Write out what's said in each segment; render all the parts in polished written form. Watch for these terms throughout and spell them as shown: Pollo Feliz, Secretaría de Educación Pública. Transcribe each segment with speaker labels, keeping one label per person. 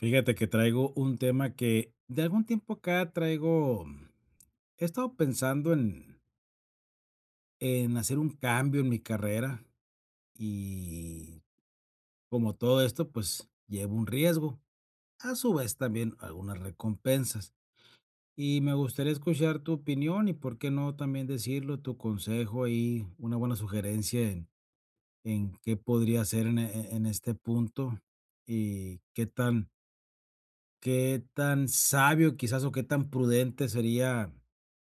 Speaker 1: Fíjate que traigo un tema que de algún tiempo acá traigo, he estado pensando en hacer un cambio en mi carrera y como todo esto, pues llevo un riesgo, a su vez también algunas recompensas. Y me gustaría escuchar tu opinión y por qué no también decirlo, tu consejo y una buena sugerencia en qué podría hacer en, en este punto y ¿Qué tan sabio quizás o qué tan prudente sería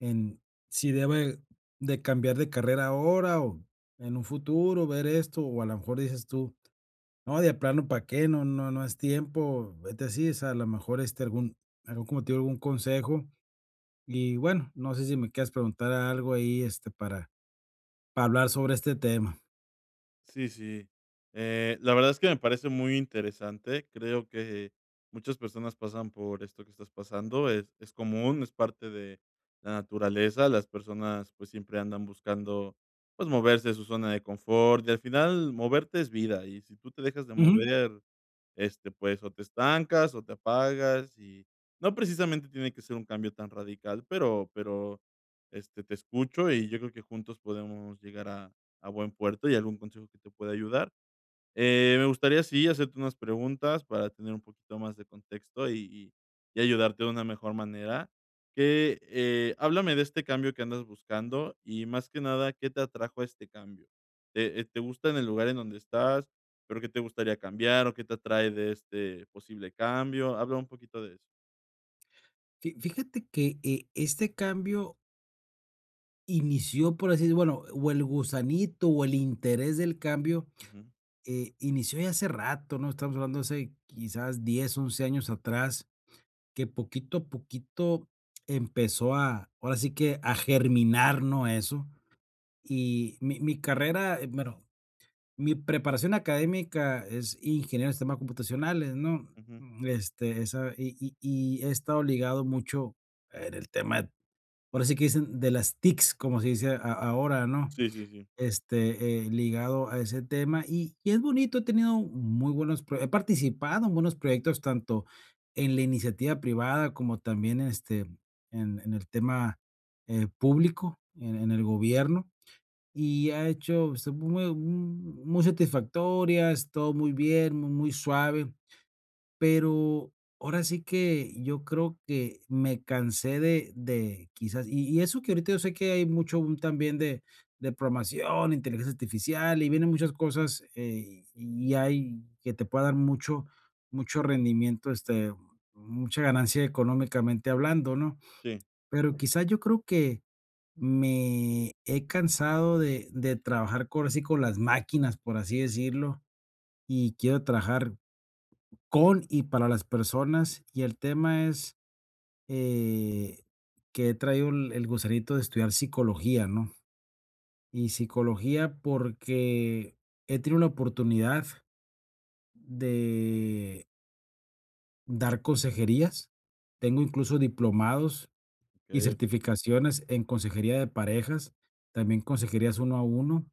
Speaker 1: en si debe de cambiar de carrera ahora o en un futuro ver esto? O a lo mejor dices tú, no, de plano, ¿para qué? No, no, no es tiempo, vete así, o sea, a lo mejor este algún, algún como te digo, algún consejo. Y bueno, no sé si me quieres preguntar algo ahí, este, para hablar sobre este tema.
Speaker 2: Sí, sí. La verdad es que me parece muy interesante. Creo que muchas personas pasan por esto que estás pasando. Es común, es parte de la naturaleza. Las personas pues siempre andan buscando pues moverse de su zona de confort y al final moverte es vida, y si tú te dejas de
Speaker 1: Ujú.
Speaker 2: mover pues, o te estancas o te apagas, y no precisamente tiene que ser un cambio tan radical, pero te escucho y yo creo que juntos podemos llegar a buen puerto y algún consejo que te pueda ayudar. Me gustaría, sí, hacerte unas preguntas para tener un poquito más de contexto y y ayudarte de una mejor manera. Háblame de este cambio que andas buscando y, más que nada, ¿qué te atrajo a este cambio? ¿ Te gusta en el lugar en donde estás, pero ¿qué te gustaría cambiar o qué te atrae de este posible cambio? Habla un poquito de eso.
Speaker 1: Fíjate que este cambio inició, por así decirlo, bueno, o el gusanito o el interés del cambio.
Speaker 2: Ujú,
Speaker 1: Inició ya hace rato, ¿no? Estamos hablando hace quizás 10, 11 años atrás, que poquito a poquito empezó a, ahora sí que a germinar, ¿no? Eso. Y mi carrera, bueno, mi preparación académica es ingeniero de sistemas computacionales, ¿no?
Speaker 2: ujú.
Speaker 1: Este, esa, y, y he estado ligado mucho en el tema, ahora sí que dicen de las TICs, como se dice ahora, ¿no?
Speaker 2: Sí, sí, sí.
Speaker 1: Este, ligado a ese tema y es bonito, he tenido muy buenos pro he participado en buenos proyectos tanto en la iniciativa privada como también, este, en el tema, público, en el gobierno, y ha hecho, pues, muy muy satisfactorias, todo muy bien, muy muy suave. Pero ahora sí que yo creo que me cansé de quizás y eso que ahorita yo sé que hay mucho boom también de programación, inteligencia artificial y vienen muchas cosas, y hay que te puede dar mucho mucho rendimiento, este, mucha ganancia económicamente hablando, ¿no?
Speaker 2: Sí,
Speaker 1: Pero quizás yo creo que me he cansado de trabajar co ahora sí con las máquinas, por así decirlo, y quiero trabajar con y para las personas, y el tema es, eh, que he traído el gusanito de estudiar psicología, ¿no? Y psicología porque he tenido la oportunidad de dar consejerías. Tengo incluso diplomados y
Speaker 2: okey, okey.
Speaker 1: certificaciones en consejería de parejas, también consejerías uno a uno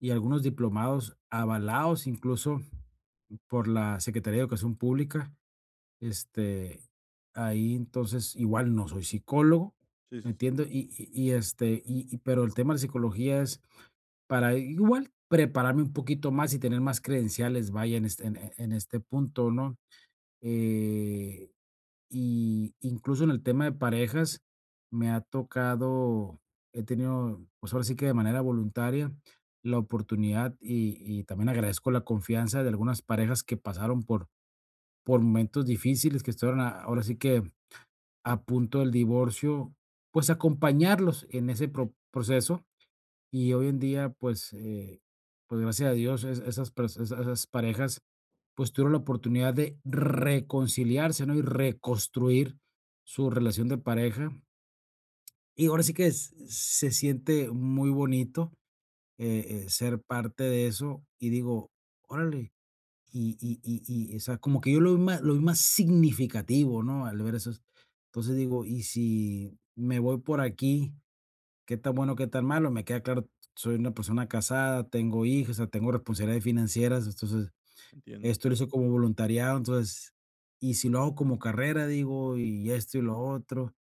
Speaker 1: y algunos diplomados avalados incluso por la Secretaría de Educación Pública. Este, ahí entonces igual no soy psicólogo,
Speaker 2: Sí,
Speaker 1: ¿me
Speaker 2: sí, sí.
Speaker 1: entiendo, este, pero el tema de psicología es para igual prepararme un poquito más y tener más credenciales, vaya, en este en en este punto, ¿no? Eh, y incluso en el tema de parejas, me ha tocado, he tenido, pues, ahora sí que de manera voluntaria la oportunidad y también agradezco la confianza de algunas parejas que pasaron por momentos difíciles que estuvieron a ahora sí que a punto del divorcio, pues acompañarlos en ese proceso. Y hoy en día, pues, pues gracias a Dios, es esas pers esa esas parejas, pues tuvieron la oportunidad de reconciliarse, ¿no? Y reconstruir su relación de pareja. Y ahora sí que s se siente muy bonito,
Speaker 2: Sí,
Speaker 1: ser parte de eso, y digo: "Órale, y y y o sea, como que yo lo vi más significativo, ¿no? Al ver esos entonces digo, y si me voy por aquí, ¿qué tan bueno, qué tan malo? Me queda claro, soy una persona casada, tengo hijos, o sea, tengo responsabilidades financieras, entonces,
Speaker 2: entiendo.
Speaker 1: esto lo hice como voluntariado, entonces, y si lo hago como carrera, digo, y esto y lo otro.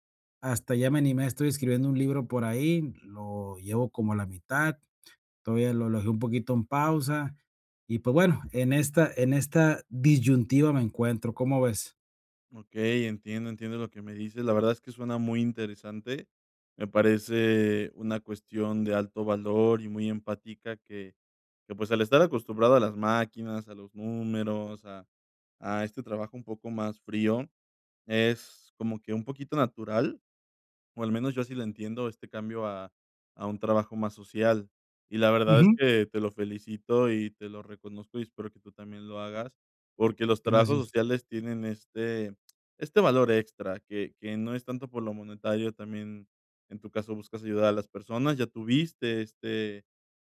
Speaker 1: Hasta ya me animé, estoy escribiendo un libro por ahí, lo llevo como a la mitad. Todavía lo dejé un poquito en pausa y, pues, bueno, en esta disyuntiva me encuentro, ¿cómo ves?
Speaker 2: Okey, entiendo, entiendo lo que me dices. La verdad es que suena muy interesante. Me parece una cuestión de alto valor y muy empática, que pues, al estar acostumbrado a las máquinas, a los números, a este trabajo un poco más frío, es como que un poquito natural, o al menos yo así lo entiendo, este cambio a un trabajo más social. Y la verdad es
Speaker 1: Ujú.
Speaker 2: que te lo felicito y te lo reconozco, y espero que tú también lo hagas, porque los trabajos
Speaker 1: Gracias.
Speaker 2: sociales tienen este valor extra, que no es tanto por lo monetario, también en tu caso buscas ayudar a las personas, ya tuviste este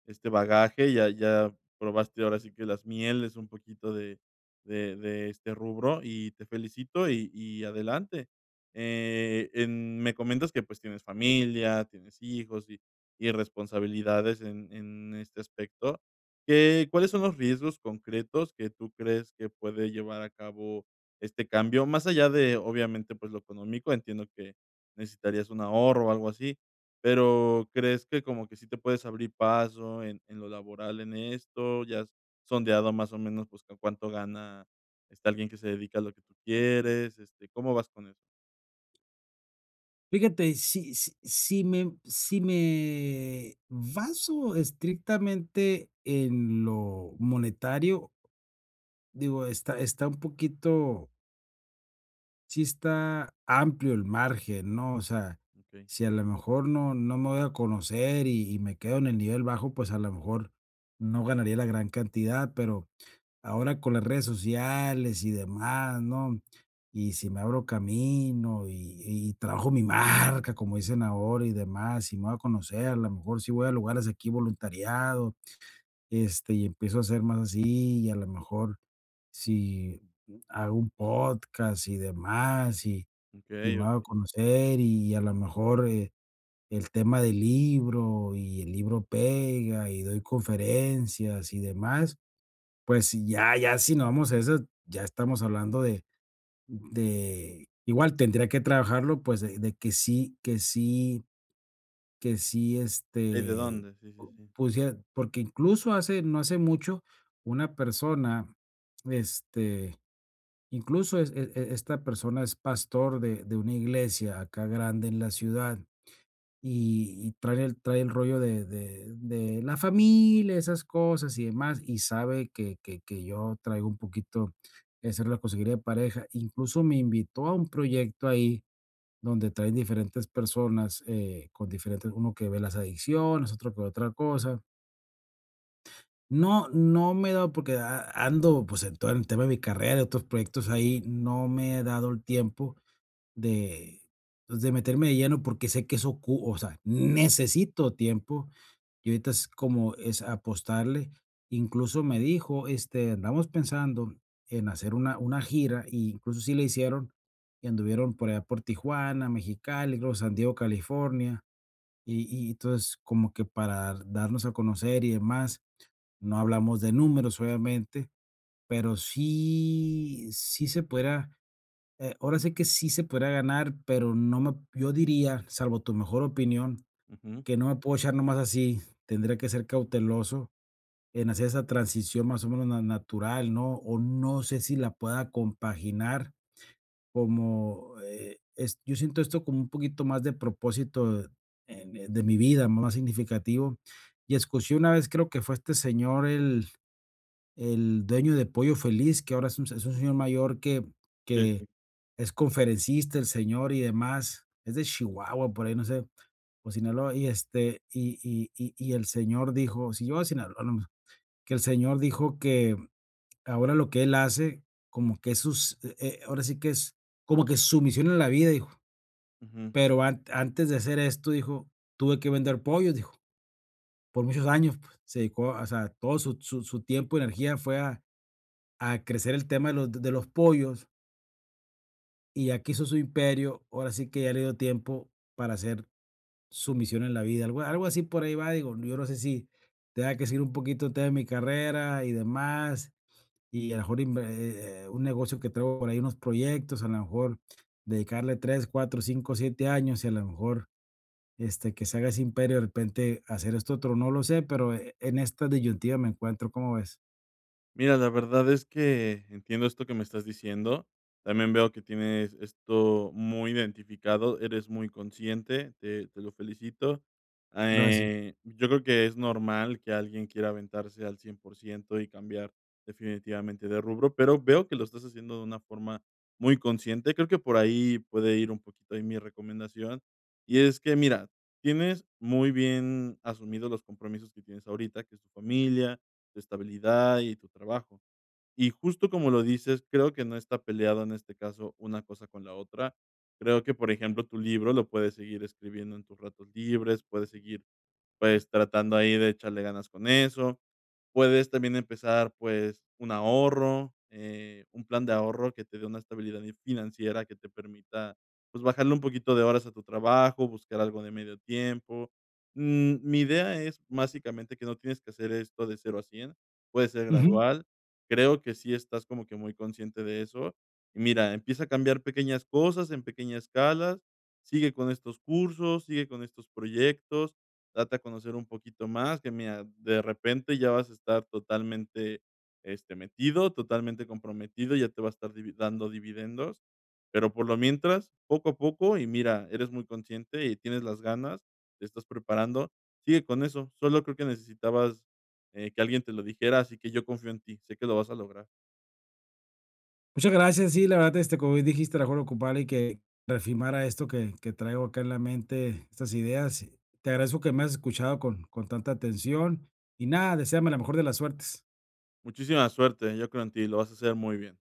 Speaker 2: este bagaje, ya probaste ahora sí que las mieles un poquito de este rubro, y te felicito y adelante. En me comentas que, pues, tienes familia, tienes hijos y responsabilidades en este aspecto. ¿Qué Cuáles son los riesgos concretos que tú crees que puede llevar a cabo este cambio? Más allá de, obviamente, pues, lo económico, entiendo que necesitarías un ahorro o algo así, pero ¿crees que como que sí te puedes abrir paso en lo laboral en esto? ¿Ya has sondeado más o menos, pues, cu cuánto gana, este, alguien que se dedica a lo que tú quieres? Este, ¿cómo vas con eso?
Speaker 1: Fíjate, me si me baso estrictamente en lo monetario, digo, está está un poquito sí está amplio el margen, ¿no? O sea,
Speaker 2: Okey,
Speaker 1: si a lo mejor no no me voy a conocer y me quedo en el nivel bajo, pues, a lo mejor no ganaría la gran cantidad, pero ahora con las redes sociales y demás, ¿no? Y si me abro camino y trabajo mi marca, como dicen ahora y demás, y me voy a conocer, a lo mejor si voy a lugares aquí voluntariado, este, y empiezo a hacer más así, y a lo mejor si hago un podcast y demás,
Speaker 2: okey,
Speaker 1: me hago
Speaker 2: okey.
Speaker 1: conocer, y a lo mejor, el tema del libro, y el libro pega, y doy conferencias y demás. Pues sí, ya ya si nos vamos a eso, ya estamos hablando de igual tendría que trabajarlo, pues, de que sí que sí que sí,
Speaker 2: ¿Y de
Speaker 1: este,
Speaker 2: dónde? Sí, sí,
Speaker 1: pu
Speaker 2: sí.
Speaker 1: pusie porque incluso hace no hace mucho, una persona, este, incluso es esta persona es pastor de una iglesia acá grande en la ciudad. Y trae el rollo de la familia, esas cosas y demás, y sabe que yo traigo un poquito esa la consejería de pareja. Incluso me invitó a un proyecto ahí donde traen diferentes personas, con diferentes uno que ve las adicciones, otro que otra cosa. No, no me he dado porque a ando, pues, en todo el tema de mi carrera y otros proyectos ahí, no me he dado el tiempo de, pues, de meterme de lleno porque sé que eso ocu o sea, necesito tiempo. Y ahorita es como es apostarle. Incluso me dijo, este, andamos pensando en hacer una gira, y incluso sí le hicieron, y anduvieron por allá por Tijuana, Mexicali, luego San Diego, California, y entonces como que para darnos a conocer y demás, no hablamos de números, obviamente, pero sí se podría ahora sí que sí se podría ganar, pero no me yo diría, salvo tu mejor opinión,
Speaker 2: Ujú.
Speaker 1: que no me puedo echar nomás así. Tendría que ser cauteloso en hacer esa transición más o menos na natural, ¿no? O no sé si la pueda compaginar como, es yo siento esto como un poquito más de propósito en de mi vida, más significativo. Y escuché una vez, creo que fue este señor, el dueño de Pollo Feliz, que ahora es un señor mayor
Speaker 2: Sí,
Speaker 1: que
Speaker 2: sí.
Speaker 1: es conferencista el señor y demás, es de Chihuahua, por ahí, no sé, o Sinaloa, y, este, y el señor dijo, si yo a Sinaloa, no, pues, que el señor dijo que ahora lo que él hace, como que es sus ahora sí que es como que su misión en la vida, dijo,
Speaker 2: Ujú.
Speaker 1: pero an antes de hacer esto, dijo, tuve que vender pollos, dijo, por muchos años, pues, se dedicó, o sea, todo su tiempo energía fue a crecer el tema de los pollos, y ya que hizo su imperio, ahora sí que ya le dio tiempo para hacer su misión en la vida. Algo algo así por ahí va, digo, yo no sé si tenga que seguir un poquito el tema de mi carrera y demás, y a lo mejor inve un negocio que traigo por ahí, unos proyectos, a lo mejor dedicarle 3, 4, 5, 7 años, y a lo mejor, este, que se haga ese imperio, de repente hacer esto otro, no lo sé, pero en esta disyuntiva me encuentro, ¿cómo ves?
Speaker 2: Mira, la verdad es que entiendo esto que me estás diciendo. También veo que tienes esto muy identificado, eres muy consciente, te lo felicito.
Speaker 1: Gracias.
Speaker 2: Yo creo que es normal que alguien quiera aventarse al 100% y cambiar definitivamente de rubro, pero veo que lo estás haciendo de una forma muy consciente. Creo que por ahí puede ir un poquito ahí mi recomendación. Y es que, mira, tienes muy bien asumidos los compromisos que tienes ahorita, que es tu familia, tu estabilidad y tu trabajo. Y justo como lo dices, creo que no está peleado en este caso una cosa con la otra. Creo que, por ejemplo, tu libro lo puedes seguir escribiendo en tus ratos libres, puedes seguir, pues, tratando ahí de echarle ganas con eso. Puedes también empezar, pues, un ahorro, un plan de ahorro que te dé una estabilidad y financiera que te permita, pues, bajarle un poquito de horas a tu trabajo, buscar algo de medio tiempo. Mi idea es básicamente que no tienes que hacer esto de cero a cien, puede ser gradual. Creo que sí estás como que muy consciente de eso. Y mira, empieza a cambiar pequeñas cosas en pequeñas escalas, sigue con estos cursos, sigue con estos proyectos, date a conocer un poquito más, que mira, de repente ya vas a estar totalmente, este, metido, totalmente comprometido, ya te va a estar divi dando dividendos, pero por lo mientras, poco a poco, y mira, eres muy consciente y tienes las ganas, te estás preparando, sigue con eso, solo creo que necesitabas, que alguien te lo dijera, así que yo confío en ti, sé que lo vas a lograr.
Speaker 1: Muchas gracias. Sí, la verdad, este, como bien dijiste, era mejor ocupada y que reafirmara esto que traigo acá en la mente, estas ideas. Te agradezco que me has escuchado con tanta atención y nada, deséame la mejor de las suertes.
Speaker 2: Muchísima suerte, yo creo en ti, lo vas a hacer muy bien.